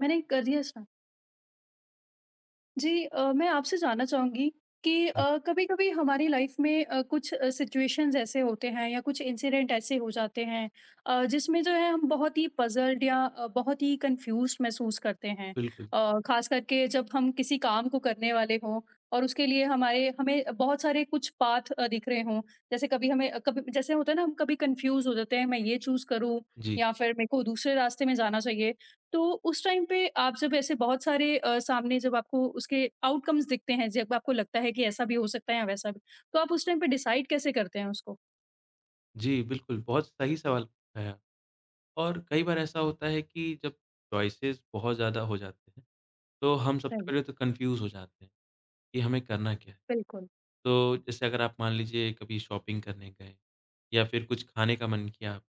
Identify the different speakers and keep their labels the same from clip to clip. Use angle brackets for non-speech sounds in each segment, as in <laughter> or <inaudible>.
Speaker 1: मैंने कर दिया स्टार्ट। जी, मैं आपसे जानना चाहूँगी कि
Speaker 2: जी,
Speaker 1: कभी-कभी हमारी लाइफ में कुछ सिचुएशंस ऐसे होते हैं या कुछ इंसिडेंट ऐसे हो जाते हैं, जिसमें जो है हम बहुत ही पज़ल्ड या बहुत ही कंफ्यूज़्ड महसूस करते हैं।
Speaker 2: बिल्कुल।
Speaker 1: ख़ास करके जब हम किसी काम को करने वाले हों और उसके लिए हमारे हमें बहुत सारे कुछ पाथ दिख रहे हों। जैसे कभी हमें कभी जैसे होता है ना हम कभी कन्फ्यूज़ हो जाते हैं, मैं ये चूज़ करूँ
Speaker 2: जी।
Speaker 1: या फिर मेरे को दूसरे रास्ते में जाना चाहिए। तो उस टाइम पे आप जब ऐसे बहुत सारे सामने जब आपको उसके आउटकम्स दिखते हैं, जब आपको लगता है कि ऐसा भी हो सकता है या वैसा भी, तो आप उस टाइम पे डिसाइड कैसे करते हैं उसको?
Speaker 2: जी, बिल्कुल, बहुत सही सवाल पूछा है आप। और कई बार ऐसा होता है कि जब चॉइसेस बहुत ज़्यादा हो जाते हैं, तो हम सबसे
Speaker 1: राइट।
Speaker 2: पहले तो कन्फ्यूज़ हो जाते हैं कि हमें करना क्या है।
Speaker 1: बिल्कुल।
Speaker 2: तो जैसे अगर आप मान लीजिए कभी शॉपिंग करने गए या फिर कुछ खाने का मन किया,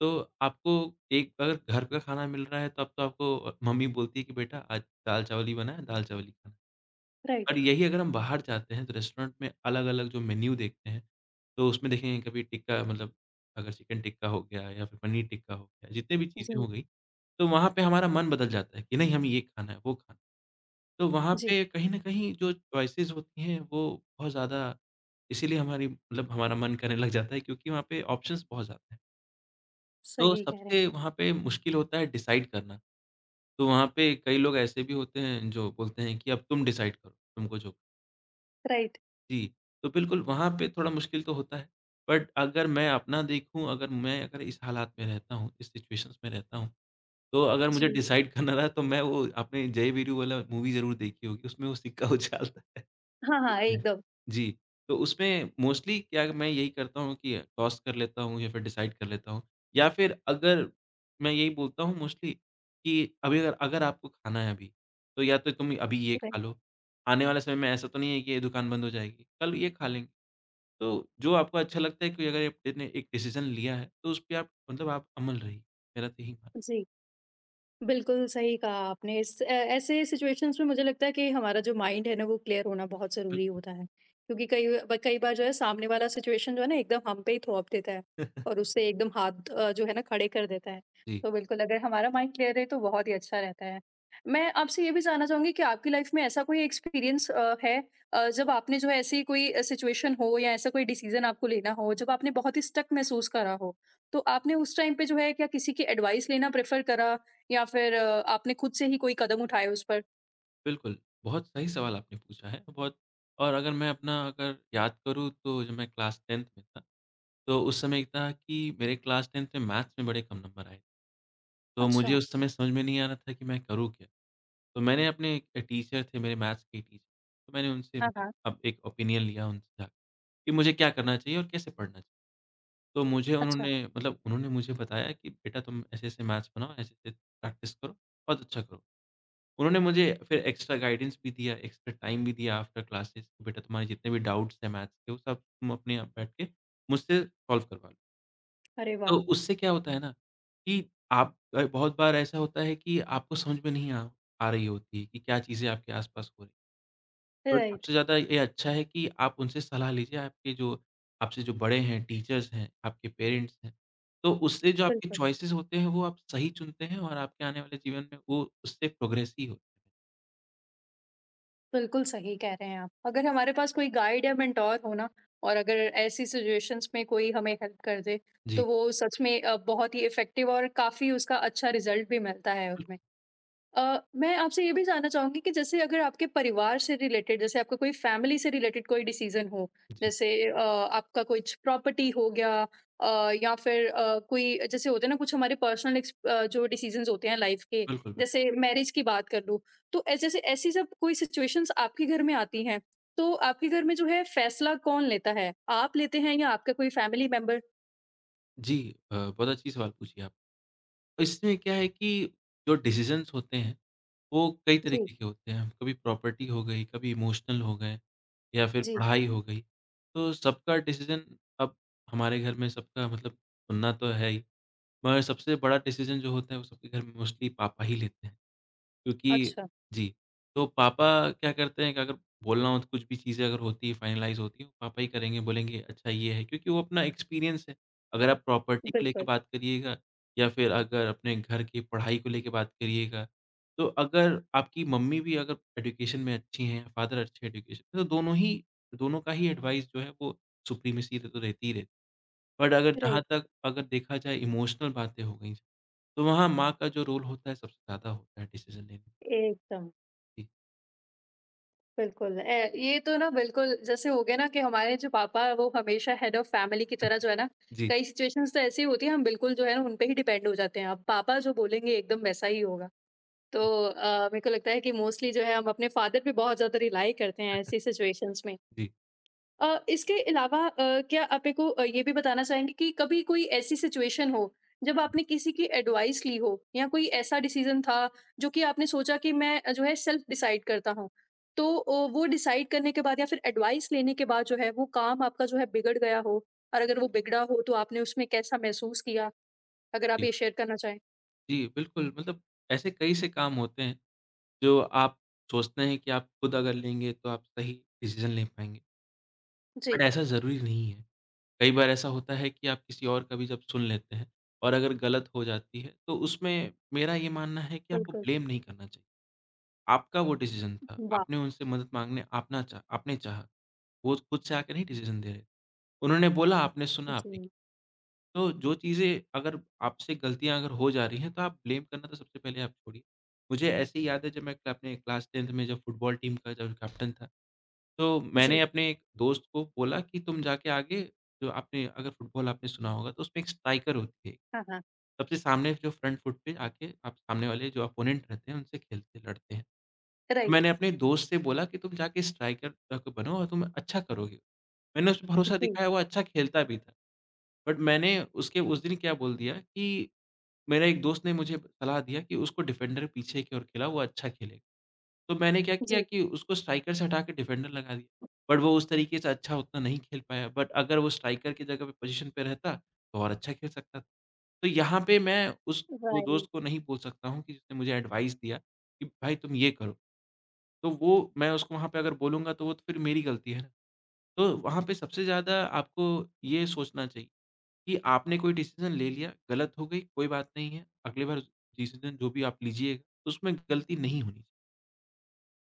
Speaker 2: तो आपको एक अगर घर का खाना मिल रहा है, तब तो आपको मम्मी बोलती है कि बेटा आज दाल-चावल ही बना है, दाल-चावल ही खाना है।
Speaker 1: राइट।
Speaker 2: और यही अगर हम बाहर जाते हैं तो रेस्टोरेंट में अलग-अलग जो मेन्यू देखते हैं, तो उसमें देखेंगे कभी टिक्का मतलब अगर चिकन टिक्का हो गया या फिर पनीर टिक्का हो गया, जितनी भी चीज़ें
Speaker 1: जी।
Speaker 2: हो गई, तो वहाँ पे हमारा मन बदल जाता है कि नहीं हमें ये खाना है, वो खाना है। तो वहाँ
Speaker 1: जी।
Speaker 2: पे कहीं न कहीं जो चॉइसेस होती हैं वो बहुत ज़्यादा, इसीलिए हमारी मतलब हमारा मन करने लग जाता है क्योंकि वहाँ पे ऑप्शंस बहुत ज़्यादा हैं। तो
Speaker 1: सही कह रहे हैं।
Speaker 2: सबसे वहाँ पे मुश्किल होता है डिसाइड करना। तो वहाँ पे कई लोग ऐसे भी होते हैं जो बोलते हैं कि अब तुम डिसाइड करो, तुमको जो,
Speaker 1: राइट।
Speaker 2: जी, तो बिल्कुल वहाँ पे थोड़ा मुश्किल तो होता है। बट अगर मैं अपना देखूँ, अगर मैं अगर इस हालात में रहता हूँ, इस सिचुएशंस में रहता हूँ, तो अगर मुझे
Speaker 1: जी।
Speaker 2: डिसाइड करना रहा तो मैं वो, आपने जय वीरू वाला मूवी ज़रूर देखी होगी, उसमें वो सिक्का उछालता है।
Speaker 1: हाँ, हाँ,
Speaker 2: उसमें
Speaker 1: एकदम।
Speaker 2: जी, तो उसमें मोस्टली क्या मैं यही करता हूँ कि टॉस कर लेता हूँ या फिर डिसाइड कर लेता हूँ या फिर अगर मैं यही बोलता हूँ मोस्टली कि अभी अगर अगर आपको खाना है अभी, तो या तो तुम अभी ये खा
Speaker 1: राइट।
Speaker 2: लो। आने वाले समय में ऐसा तो नहीं है कि ये दुकान बंद हो जाएगी, कल ये खा लेंगे। तो जो आपको अच्छा लगता है कि अगर आपने एक डिसीज़न लिया है, तो उस पे आप मतलब आप अमल रहिए। मेरा तो यही मानना
Speaker 1: जी। बिल्कुल, सही कहा आपने। ऐसे सिचुएशंस में मुझे लगता है कि हमारा जो माइंड है ना, वो क्लियर होना बहुत ज़रूरी होता है। क्योंकि कई बार जो है सामने वाला सिचुएशन जो है ना, एकदम हम पे ही थोप देता है
Speaker 2: है।
Speaker 1: और उससे एकदम हाथ जो है ना खड़े कर देता है।
Speaker 2: <laughs> जी।
Speaker 1: तो बिल्कुल अगर हमारा माइंड क्लियर है तो बहुत ही अच्छा रहता है। मैं आपसे ये भी जानना चाहूँगी कि आपकी लाइफ़ में ऐसा कोई एक्सपीरियंस है, जब आपने जो है ऐसी कोई सिचुएशन हो या ऐसा कोई डिसीज़न आपको लेना हो, जब आपने बहुत ही स्टक महसूस करा हो, तो आपने उस टाइम पे जो है क्या किसी की एडवाइस लेना प्रेफ़र करा या फिर आपने खुद से ही कोई कदम उठाए उस पर?
Speaker 2: बिल्कुल, बहुत सही सवाल आपने पूछा है, बहुत। और अगर मैं अपना अगर याद करूँ तो जब मैं क्लास 10th में था, तो उस समय था कि मेरे क्लास 10th में मैथ्स में बड़े कम नंबर आए। तो मुझे
Speaker 1: अच्छा।
Speaker 2: उस समय समझ में नहीं आ रहा था कि मैं करूँ क्या? तो मैंने अपने एक टीचर थे मेरे मैथ्स के टीचर, तो मैंने उनसे
Speaker 1: हाँ,
Speaker 2: मतलब
Speaker 1: हाँ।
Speaker 2: अब एक ओपिनियन लिया उनसे जाके कि मुझे क्या करना चाहिए और कैसे पढ़ना चाहिए? तो मुझे
Speaker 1: अच्छा।
Speaker 2: उन्होंने मुझे बताया कि बेटा तुम ऐसे-ऐसे मैथ्स बनाओ, ऐसे-ऐसे प्रैक्टिस करो, बहुत अच्छा करोगे। उन्होंने मुझे फिर एक्स्ट्रा गाइडेंस भी दिया, एक्स्ट्रा टाइम भी दिया आफ्टर क्लासेस कि बेटा तुम्हारे जितने भी डाउट्स हैं मैथ्स के वो सब तुम अपने आप बैठ के मुझसे सॉल्व करवा लो।
Speaker 1: अरे
Speaker 2: तो
Speaker 1: वाह!
Speaker 2: उससे क्या होता है ना कि आप, बहुत बार ऐसा होता है कि आपको समझ में नहीं आ आ रही होती है कि क्या चीज़ें आपके आस-पास हो रही हैं।
Speaker 1: राइट।
Speaker 2: सबसे ज़्यादा ये अच्छा है कि आप उनसे सलाह लीजिए, आपके जो आपसे जो बड़े हैं, टीचर्स हैं, आपके पेरेंट्स हैं। तो उससे जो आपके
Speaker 1: बिल्कुल।
Speaker 2: चॉइसेस होते हैं वो आप सही चुनते हैं और आपके आने वाले जीवन में वो उससे प्रोग्रेस ही होता है।
Speaker 1: बिल्कुल सही कह रहे हैं आप। अगर हमारे पास कोई गाइड या मेंटोर हो ना और अगर ऐसी सिचुएशंस में कोई हमें हेल्प कर दे, तो
Speaker 2: जी।
Speaker 1: वो सच में बहुत ही इफ़ेक्टिव और काफ़ी उसका अच्छा रिज़ल्ट भी मिलता है हमें। मैं आपसे ये भी जानना चाहूँगी कि जैसे अगर आपके परिवार से रिलेटेड जैसे आपका कोई फैमिली से रिलेटेड कोई डिसीज़न हो,
Speaker 2: जी।
Speaker 1: जैसे आपका कुछ प्रॉपर्टी हो गया, या फिर कोई जैसे होते हैं ना कुछ हमारे पर्सनल जो डिसीज़न्स होते हैं लाइफ़ के,
Speaker 2: बिल्कुल, बिल्कुल।
Speaker 1: जैसे मैरिज की बात कर लूँ, तो ऐ जैसे ऐसी जब कोई सिचुएशंस आपके घर में आती हैं, तो आपके घर में जो है फ़ैसला कौन लेता है? आप लेते हैं या आपका कोई फैमिली मेंबर?
Speaker 2: जी, बहुत अच्छी सवाल पूछी आप। और इसमें क्या है कि जो डिसीज़न्स होते हैं, वो कई
Speaker 1: जी।
Speaker 2: तरीके के होते हैं। कभी प्रॉपर्टी हो गई, कभी इमोशनल हो गए या फिर
Speaker 1: जी।
Speaker 2: पढ़ाई हो गई। तो सबका डिसीज़न, अब हमारे घर में सबका मतलब सुनना तो है ही, मगर सबसे बड़ा डिसीज़न जो होता है, वो सबके घर में मोस्टली पापा ही लेते हैं। क्योंकि
Speaker 1: अच्छा।
Speaker 2: जी, तो पापा क्या करते हैं कि अगर बोलना हो तो कुछ भी चीज़ें अगर होती है फाइनलाइज़ होती है, पापा ही करेंगे, बोलेंगे अच्छा ये है क्योंकि वो अपना एक्सपीरियंस है। अगर आप प्रॉपर्टी को लेके
Speaker 1: बिल्कुल।
Speaker 2: बात करिएगा या फिर अगर अपने घर की पढ़ाई को लेके बात करिएगा, तो अगर आपकी मम्मी भी अगर एजुकेशन में अच्छी हैं, फादर अच्छे एजुकेशन तो दोनों का ही एडवाइस जो है वो सुप्रीमेसी तो रहती ही रहती है। बट अगर जहाँ
Speaker 1: राइट।
Speaker 2: तक अगर देखा जाए इमोशनल बातें हो गई, तो वहाँ माँ का जो रोल होता है सबसे ज़्यादा होता है डिसीज़न लेने में।
Speaker 1: एकदम।
Speaker 2: जी।
Speaker 1: बिल्कुल। ए ये तो ना बिल्कुल जैसे हो गया ना कि हमारे जो पापा हैं वो हमेशा हेड ऑफ़ फैमिली की तरह
Speaker 2: जी,
Speaker 1: जो है ना, कई सिचुएशंस तो ऐसी होती है हम बिल्कुल जो है ना उन पे ही डिपेंड हो जाते हैं। अब पापा जो बोलेंगे एकदम वैसा ही होगा। तो
Speaker 2: जी,
Speaker 1: मेरे को लगता है कि मोस्टली जो है हम अपने फादर पे बहुत ज़्यादा रिलाई करते हैं ऐसी सिचुएशंस में।
Speaker 2: जी,
Speaker 1: इसके अलावा क्या आप मेरे को ये भी बताना चाहेंगे कि कभी कोई ऐसी सिचुएशन हो जब आपने किसी की एडवाइस ली हो या कोई ऐसा डिसीजन था जो कि आपने सोचा कि मैं जो है सेल्फ डिसाइड करता हूँ, तो वो डिसाइड करने के बाद या फिर एडवाइस लेने के बाद जो है वो काम आपका जो है बिगड़ गया हो, और अगर वो बिगड़ा हो तो आपने उसमें कैसा महसूस किया, अगर आप
Speaker 2: जी,
Speaker 1: ये शेयर करना चाहें?
Speaker 2: जी, बिल्कुल, मतलब ऐसे कई से काम होते हैं जो आप सोचते हैं कि आप खुद अगर लेंगे तो आप सही डिसीज़न ले पाएँगे, बट
Speaker 1: जी।
Speaker 2: ऐसा ज़रूरी नहीं है। कई बार ऐसा होता है कि आप किसी और का भी जब सुन लेते हैं और अगर गलत हो जाती है तो उसमें मेरा ये मानना है कि आपको
Speaker 1: बिल्कुल।
Speaker 2: ब्लेम नहीं करना चाहिए। आपका वो डिसीज़न था,
Speaker 1: वाह!
Speaker 2: आपने उनसे मदद माँगने आपना चाह आपने चाहा, वो खुद से आके नहीं डिसीज़न दे रहे। उन्होंने बोला आपने सुना आपने,
Speaker 1: जी।
Speaker 2: तो जो चीज़ें अगर आपसे गलतियाँ अगर हो जा रही हैं, तो आप ब्लेम करना तो सबसे पहले आप छोड़िए। मुझे ऐसे ही याद है जब मैं अपने क्लास 10th में जब फुटबॉल टीम का जब कैप्टन था, तो मैंने
Speaker 1: जी।
Speaker 2: अपने एक दोस्त को बोला कि तुम जाके आगे, जो आपने अगर फुटबॉल आपने सुना होगा तो उसमें एक स्ट्राइकर होती है।
Speaker 1: हाँ, हाँ।
Speaker 2: सबसे सामने जो फ्रंट फुट पे आके आप सामने वाले जो अपोनेंट रहते हैं उनसे खेलते लड़ते हैं। तो
Speaker 1: राइट।
Speaker 2: मैंने अपने दोस्त से बोला कि तुम जाके स्ट्राइकर तक बनो और तुम अच्छा करोगे। मैंने उस पे भरोसा
Speaker 1: जी।
Speaker 2: दिखाया, वो अच्छा खेलता भी था। बट मैंने उसके उस दिन क्या बोल दिया कि मेरा एक दोस्त ने मुझे सलाह दिया कि उसको डिफेंडर पीछे की ओर खेला, वो अच्छा खेलेगा। तो मैंने क्या
Speaker 1: जी।
Speaker 2: किया कि उसको स्ट्राइकर से हटा के डिफेंडर लगा दिया। बट वो उस तरीके से अच्छा उतना नहीं खेल पाया, बट अगर वो स्ट्राइकर की जगह पे पोज़ीशन पे रहता, तो और अच्छा खेल सकता था। तो यहाँ पे मैं उस दो
Speaker 1: राइट।
Speaker 2: दोस्त को नहीं बोल सकता हूँ कि जिसने मुझे एडवाइस दिया कि भाई तुम ये करो। तो वो मैं उसको वहाँ पे अगर बोलूँगा तो वो तो फिर मेरी गलती है ना। तो वहाँ पे सबसे ज़्यादा आपको ये सोचना चाहिए कि आपने कोई डिसीज़न ले लिया, गलत हो गई, कोई बात नहीं है। अगली बार डिसीज़न जो भी आप लीजिएगा, तो उसमें गलती नहीं होनी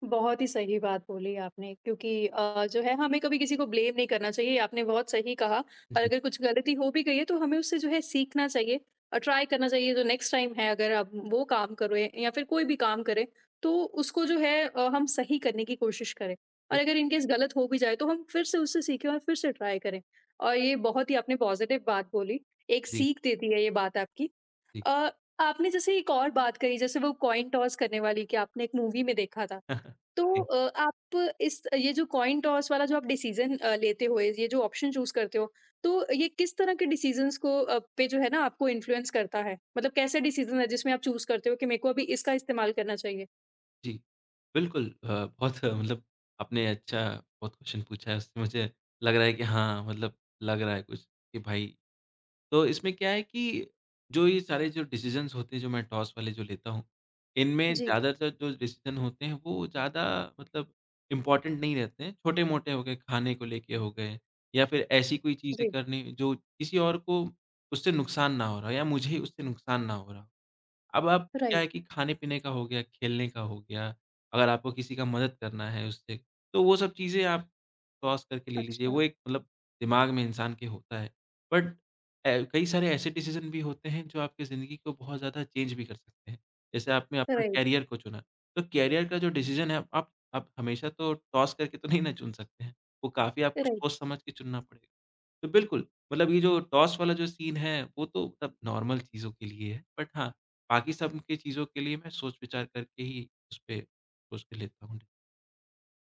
Speaker 1: बहुत ही सही बात बोली आपने क्योंकि जो है हमें कभी किसी को ब्लेम नहीं करना चाहिए। आपने बहुत सही कहा, और
Speaker 2: चाहिए। जी।
Speaker 1: अगर कुछ गलती हो भी गई है तो हमें उससे जो है सीखना चाहिए और ट्राई करना चाहिए, जो नेक्स्ट टाइम है अगर आप वो काम करो या फिर कोई भी काम करें, तो उसको जो है हम सही करने की कोशिश करें, और
Speaker 2: बिल-
Speaker 1: अगर इनकेस गलत हो भी जाए तो हम फिर से उससे सीखें और फिर से ट्राई करें। और ये बहुत ही आपने पॉजिटिव बात बोली, एक
Speaker 2: जी,
Speaker 1: सीख देती है ये बात आपकी।
Speaker 2: जी।
Speaker 1: अ, आपने जैसे एक और बात कही जैसे वो कॉइन टॉस करने वाली कि आपने एक मूवी में देखा था,
Speaker 2: <laughs>
Speaker 1: तो
Speaker 2: जी।
Speaker 1: आप, इस ये जो कॉइन टॉस वाला जो आप डिसीज़न लेते हो, ये जो ऑप्शन चूज़ करते हो, तो ये किस तरह के डिसीज़न्स को पे जो है ना आपको इन्फ्लुएंस करता है? मतलब कैसे डिसीज़न है जिसमें आप चूज़ करते हो कि मेरे को अभी इसका इस्तेमाल करना चाहिए?
Speaker 2: जी, बिल्कुल, बहुत <laughs> मतलब आपने अच्छा, बहुत क्वेश्चन पूछा है, उससे मुझे लग रहा है कि हाँ, मतलब लग रहा है कुछ कि भाई, तो इसमें क्या है कि जो ये सारे जो डिसीज़न्स होते हैं, जो मैं टॉस वाले जो लेता हूँ, इनमें
Speaker 1: जी।
Speaker 2: ज़्यादातर जो डिसीज़न होते हैं, वो ज़्यादा, मतलब इम्पोर्टेंट नहीं रहते हैं। छोटे-मोटे हो गए, खाने को लेके हो गए या फिर ऐसी कोई चीज़ें
Speaker 1: जी।
Speaker 2: करनी, जो किसी और को उससे नुकसान ना हो रहा हो या मुझे उससे नुकसान ना हो रहा हो। अब आप क्या
Speaker 1: राइट।
Speaker 2: है कि खाने-पीने का हो गया, खेलने का हो गया, अगर आपको किसी का मदद करना है उससे, तो वो सब चीज़ें आप क्रॉस करके ले लीजिए।
Speaker 1: अच्छा।
Speaker 2: वो एक, मतलब दिमाग में इंसान के होता है। बट कई सारे ऐसे डिसीज़न भी होते हैं जो आपकी ज़िंदगी को बहुत ज़्यादा चेंज भी कर सकते हैं। जैसे आपने अपना
Speaker 1: राइट,
Speaker 2: करियर को चुना, तो करियर का जो डिसीज़न है आप हमेशा तो टॉस करके तो नहीं ना चुन सकते हैं। वो काफ़ी आपको
Speaker 1: राइट।
Speaker 2: सोच समझ के चुनना पड़ेगा। तो बिल्कुल, मतलब ये जो टॉस वाला जो सीन है, वो तो तब नॉर्मल चीज़ों के लिए है। बट हाँ, बाकी सब की चीज़ों के लिए मैं सोच-विचार करके ही उसपे सोच के लेता हूँ।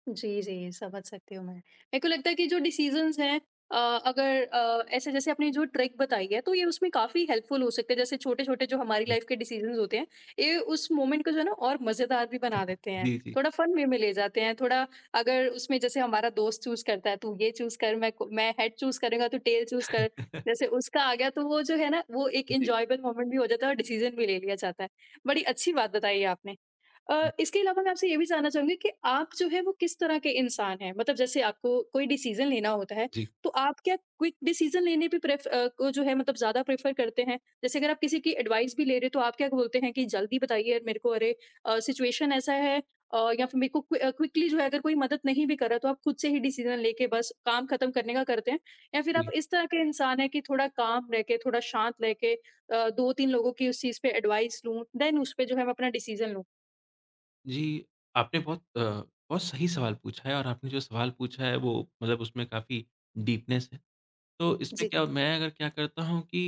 Speaker 1: जी, जी, समझ सकती हूँ मैं। मेरे को लगता है कि जो डिसीज़न्स हैं, अ, अगर ऐसे जैसे आपने जो ट्रिक बताई है, तो ये उसमें काफ़ी हेल्पफुल हो सकते हैं। जैसे छोटे-छोटे जो हमारी
Speaker 2: जी,
Speaker 1: लाइफ़ के डिसीज़न्स होते हैं, ये उस मोमेंट को जो है ना और मज़ेदार भी बना देते हैं।
Speaker 2: जी, जी।
Speaker 1: थोड़ा फन वे में ले जाते हैं, थोड़ा अगर उसमें जैसे हमारा दोस्त चूज़ करता है, "तू ये चूज़ कर, मैं हेड चूज़ करूँगा, तू टेल चूज़ कर।" जैसे
Speaker 2: <laughs>
Speaker 1: उसका आ गया, तो वो जो है ना, वो एक
Speaker 2: जी,
Speaker 1: एन्जॉयबल मोमेंट भी हो जाता है और डिसीज़न भी ले लिया जाता है। बड़ी अच्छी बात बताई है आपने। इसके अलावा मैं आपसे ये भी जानना चाहूँगी कि आप जो है वो किस तरह के इंसान हैं? मतलब जैसे आपको कोई डिसीज़न लेना होता है,
Speaker 2: जी,
Speaker 1: तो आप क्या क्विक डिसीज़न लेने पे को जो है मतलब ज़्यादा प्रेफ़र करते हैं? जैसे अगर आप किसी की एडवाइस भी ले रहे हो तो आप क्या बोलते हैं कि जल्दी बताइए मेरे को, अरे सिचुएशन ऐसा है, या फिर मेरे को क्विकली जो है? अगर कोई मदद नहीं भी कर रहा तो आप खुद से ही डिसीज़न लेके बस काम खत्म करने का करते हैं? या फिर आप
Speaker 2: जी।
Speaker 1: इस तरह के इंसान हैं कि थोड़ा काम रह के, थोड़ा शांत रह के, 2-3 लोगों की उस चीज़ पे एडवाइस लूँ, देन उस पे जो है मैं अपना डिसीज़न लूँ?
Speaker 2: जी, आपने बहुत, बहुत सही सवाल पूछा है और आपने जो सवाल पूछा है वो मतलब उसमें काफ़ी डीपनेस है। तो इसमें
Speaker 1: जी।
Speaker 2: क्या मैं अगर क्या करता हूँ कि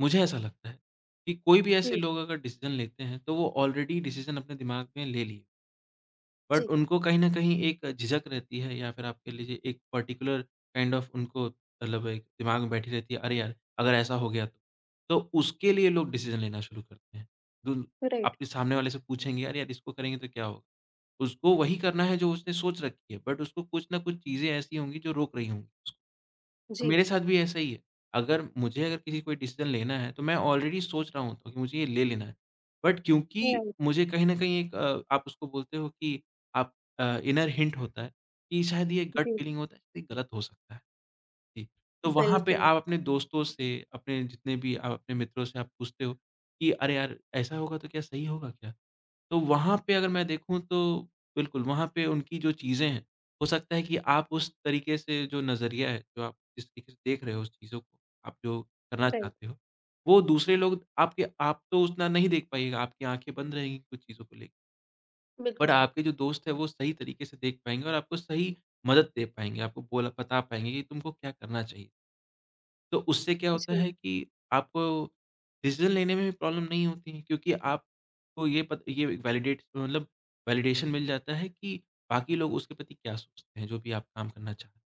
Speaker 2: मुझे ऐसा लगता है कि कोई भी ऐसे
Speaker 1: जी,
Speaker 2: लोग अगर डिसीज़न लेते हैं, तो वो ऑलरेडी डिसीज़न अपने दिमाग में ले लिए। बट
Speaker 1: जी।
Speaker 2: उनको कहीं न कहीं एक झिझक रहती है या फिर आप कह लीजिए एक पर्टिकुलर काइंड ऑफ उनको मतलब एक दिमाग में बैठी रहती है, अरे यार! अगर ऐसा हो गया तो। तो उसके लिए लोग डिसीज़न लेना शुरू करते हैं। दुन
Speaker 1: राइट।
Speaker 2: आपके सामने वाले से पूछेंगे, "अरे यार! इसको करेंगे तो क्या होगा?" उसको वही करना है जो उसने सोच रखी है बट उसको कुछ न कुछ चीज़ें ऐसी होंगी जो रोक रही होंगी। तो
Speaker 1: जी।
Speaker 2: मेरे साथ भी ऐसा ही है। अगर मुझे अगर किसी कोई डिसीज़न लेना है, तो मैं ऑलरेडी सोच रहा होता हूँ तो कि मुझे ये ले लेना है। बट क्योंकि
Speaker 1: राइट।
Speaker 2: मुझे कहीं न कहीं एक, आप उसको बोलते हो कि आप, इनर हिंट होता है कि शायद ये गट
Speaker 1: जी।
Speaker 2: फीलिंग होता है, ये गलत हो सकता है। जी, तो वहाँ पे
Speaker 1: बिल्कुल।
Speaker 2: आप अपने दोस्तों से, अपने जितने भी आप अपने मित्रों से आप पूछते हो कि, "अरे यार, ऐसा होगा तो क्या सही होगा क्या?" तो वहाँ पे अगर मैं देखूँ तो बिल्कुल, वहाँ पे उनकी जो चीज़ें हैं, हो सकता है कि आप उस तरीके से जो नज़रिया है, जो आप जिस तरीके से देख रहे हो उस चीज़ों को, आप जो करना
Speaker 1: राइट।
Speaker 2: चाहते हो, वो दूसरे लोग आपके, आप तो उतना नहीं देख पाइएगा, आपकी आँखें बंद रहेंगी कुछ चीज़ों को लेके। बट
Speaker 1: बिल्कुल।
Speaker 2: आपके जो दोस्त हैं, वो सही तरीके से देख पाएँगे और आपको सही मदद दे पाएँगे, आपको बोला बता पाएँगे कि तुमको क्या करना चाहिए। तो उससे क्या होता
Speaker 1: जी।
Speaker 2: है कि आपको डिसीज़न लेने में भी प्रॉब्लम नहीं होती है क्योंकि आपको ये पत ये वैलिडेट मतलब वैलिडेशन मिल जाता है कि बाकी लोग उसके प्रति क्या सोचते हैं, जो भी आप काम करना चाहते हैं।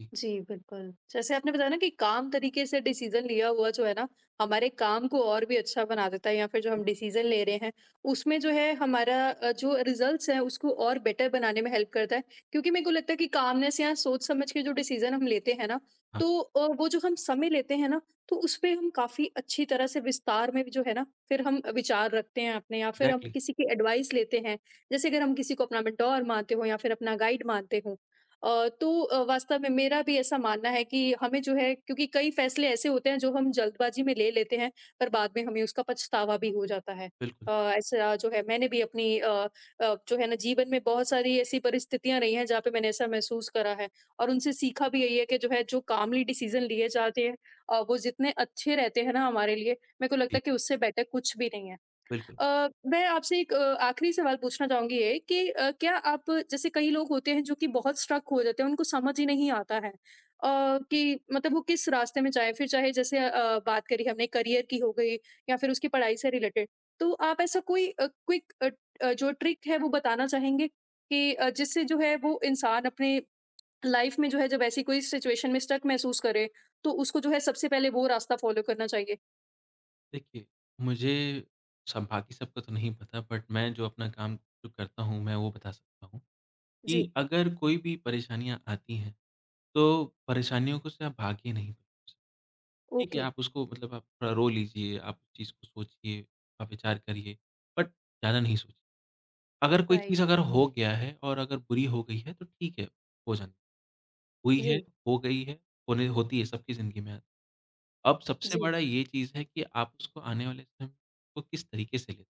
Speaker 2: जी।
Speaker 1: जी, बिल्कुल। जैसे आपने बताया ना कि काम तरीके से डिसीज़न लिया हुआ जो है ना, हमारे काम को और भी अच्छा बना देता है या फिर जो हम डिसीज़न ले रहे हैं, उसमें जो है हमारा जो रिज़ल्ट्स हैं उसको और बेटर बनाने में हेल्प करता है। क्योंकि मेरे को लगता है कि कामनेस या सोच समझ के जो डिसीज़न हम लेते हैं ना,
Speaker 2: हाँ,
Speaker 1: तो वो जो हम समय लेते हैं ना, तो उसपे हम काफ़ी अच्छी तरह से विस्तार में भी जो है ना, फिर हम विचार रखते हैं अपने या फिर हम
Speaker 2: एग्ज़ैक्टली।
Speaker 1: किसी की एडवाइस लेते हैं। जैसे अगर हम किसी को अपना मेंटोर मानते हों या फिर अपना गाइड मानते हों, तो वास्तव में मेरा भी ऐसा मानना है कि हमें जो है, क्योंकि कई फैसले ऐसे होते हैं जो हम जल्दबाजी में ले लेते हैं, पर बाद में हमें उसका पछतावा भी हो जाता है।
Speaker 2: बिल्कुल,
Speaker 1: ऐसा जो है मैंने भी जो है ना जीवन में बहुत सारी ऐसी परिस्थितियाँ रही हैं जहाँ पे मैंने ऐसा महसूस करा है, और उनसे सीखा भी यही है कि जो है जो कामली डिसीज़न लिए जाते हैं, वो जितने अच्छे रहते हैं ना हमारे लिए, मेरे को लगता
Speaker 2: जी,
Speaker 1: है कि उससे बेटर कुछ भी नहीं है।
Speaker 2: बिल्कुल।
Speaker 1: मैं आपसे एक आखिरी सवाल पूछना चाहूँगी, ये कि क्या आप, जैसे कई लोग होते हैं जो कि बहुत स्ट्रक हो जाते हैं, उनको समझ ही नहीं आता है कि मतलब वो किस रास्ते में जाएँ, फिर चाहे जैसे बात करी हमने करियर की हो गई या फिर उसकी पढ़ाई से रिलेटेड। तो आप ऐसा कोई क्विक, जो ट्रिक है वो बताना चाहेंगे कि जिससे जो है वो इंसान अपने लाइफ में जो है जब ऐसी कोई सिचुएशन में स्ट्रक महसूस करे, तो उसको जो है सबसे पहले वो रास्ता फ़ॉलो करना चाहिए?
Speaker 2: देखिए, मुझे सब बाकी सबका तो नहीं पता बट मैं जो अपना काम जो करता हूँ, मैं वो बता सकता हूँ
Speaker 1: जी।
Speaker 2: कि अगर कोई भी परेशानियाँ आती हैं, तो परेशानियों को से आप भागिए नहीं। ठीक है,
Speaker 1: ओके।
Speaker 2: आप उसको मतलब आप थोड़ा रो लीजिए, आप उस चीज़ को सोचिए, आप विचार करिए, बट ज़्यादा नहीं सोचिए। अगर कोई चीज़
Speaker 1: राइट।
Speaker 2: अगर हो गया है और अगर बुरी हो गई है, तो ठीक है, हो जाने हुई है,
Speaker 1: जी।
Speaker 2: हो गई है, होने होती है, सबकी ज़िंदगी में। अब सबसे
Speaker 1: जी।
Speaker 2: बड़ा ये चीज़ है कि आप उसको आने वाले समय को किस तरीके से लें।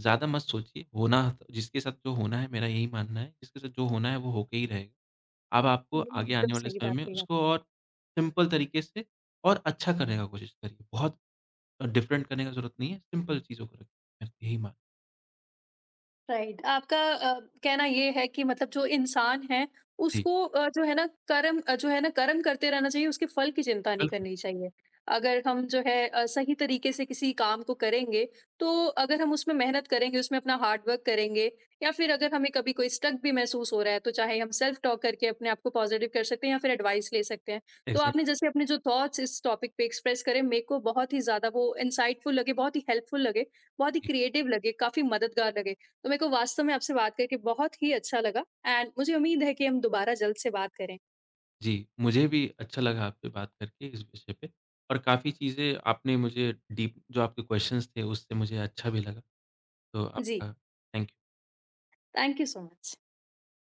Speaker 2: ज़्यादा मत सोचिए, होना तो, जिसके साथ जो होना है, मेरा यही मानना है, जिसके साथ जो होना है, वो होके ही रहेगा। अब आपको
Speaker 1: हुँ,
Speaker 2: आगे
Speaker 1: एकदम
Speaker 2: आने वाले
Speaker 1: सही
Speaker 2: समय
Speaker 1: बात
Speaker 2: में
Speaker 1: कही।
Speaker 2: उसको और सिंपल तरीके से और अच्छा करने का कोशिश करिए। बहुत डिफरेंट करने का ज़रूरत नहीं है, सिंपल चीज़ों को रखें, मैं यही मान,
Speaker 1: राइट, आपका कहना ये है कि मतलब जो इंसान है
Speaker 2: जी,
Speaker 1: उसको जो है ना जो है ना कर्म करते रहना चाहिए, उसके फल की चिंता नहीं
Speaker 2: बिल्कुल,
Speaker 1: करनी चाहिए। अगर हम जो है सही तरीके से किसी काम को करेंगे, तो अगर हम उसमें मेहनत करेंगे, उसमें अपना हार्ड वर्क करेंगे, या फिर अगर हमें कभी कोई स्ट्रक भी महसूस हो रहा है तो चाहे हम सेल्फ टॉक करके अपने आप को पॉजिटिव कर सकते हैं या फिर एडवाइस ले सकते हैं। तो आपने
Speaker 2: एग्ज़ैक्टली।
Speaker 1: जैसे अपने जो थॉट्स इस टॉपिक पे एक्सप्रेस करे, मेरे को बहुत ही ज़्यादा वो इंसाइटफुल लगे, बहुत ही हेल्पफुल लगे, बहुत ही
Speaker 2: जी,
Speaker 1: क्रिएटिव लगे, काफ़ी मददगार लगे। तो मेरे को वास्तव में आपसे बात करके बहुत ही अच्छा लगा, एंड मुझे उम्मीद है कि हम दोबारा जल्द से बात करें।
Speaker 2: जी, मुझे भी अच्छा लगा आपसे बात करके इस विषय पे और काफ़ी चीज़ें आपने मुझे डीप, जो आपके क्वेश्चन्स थे उससे मुझे अच्छा भी लगा, तो
Speaker 1: जी,
Speaker 2: आपका thank you.
Speaker 1: Thank you so much.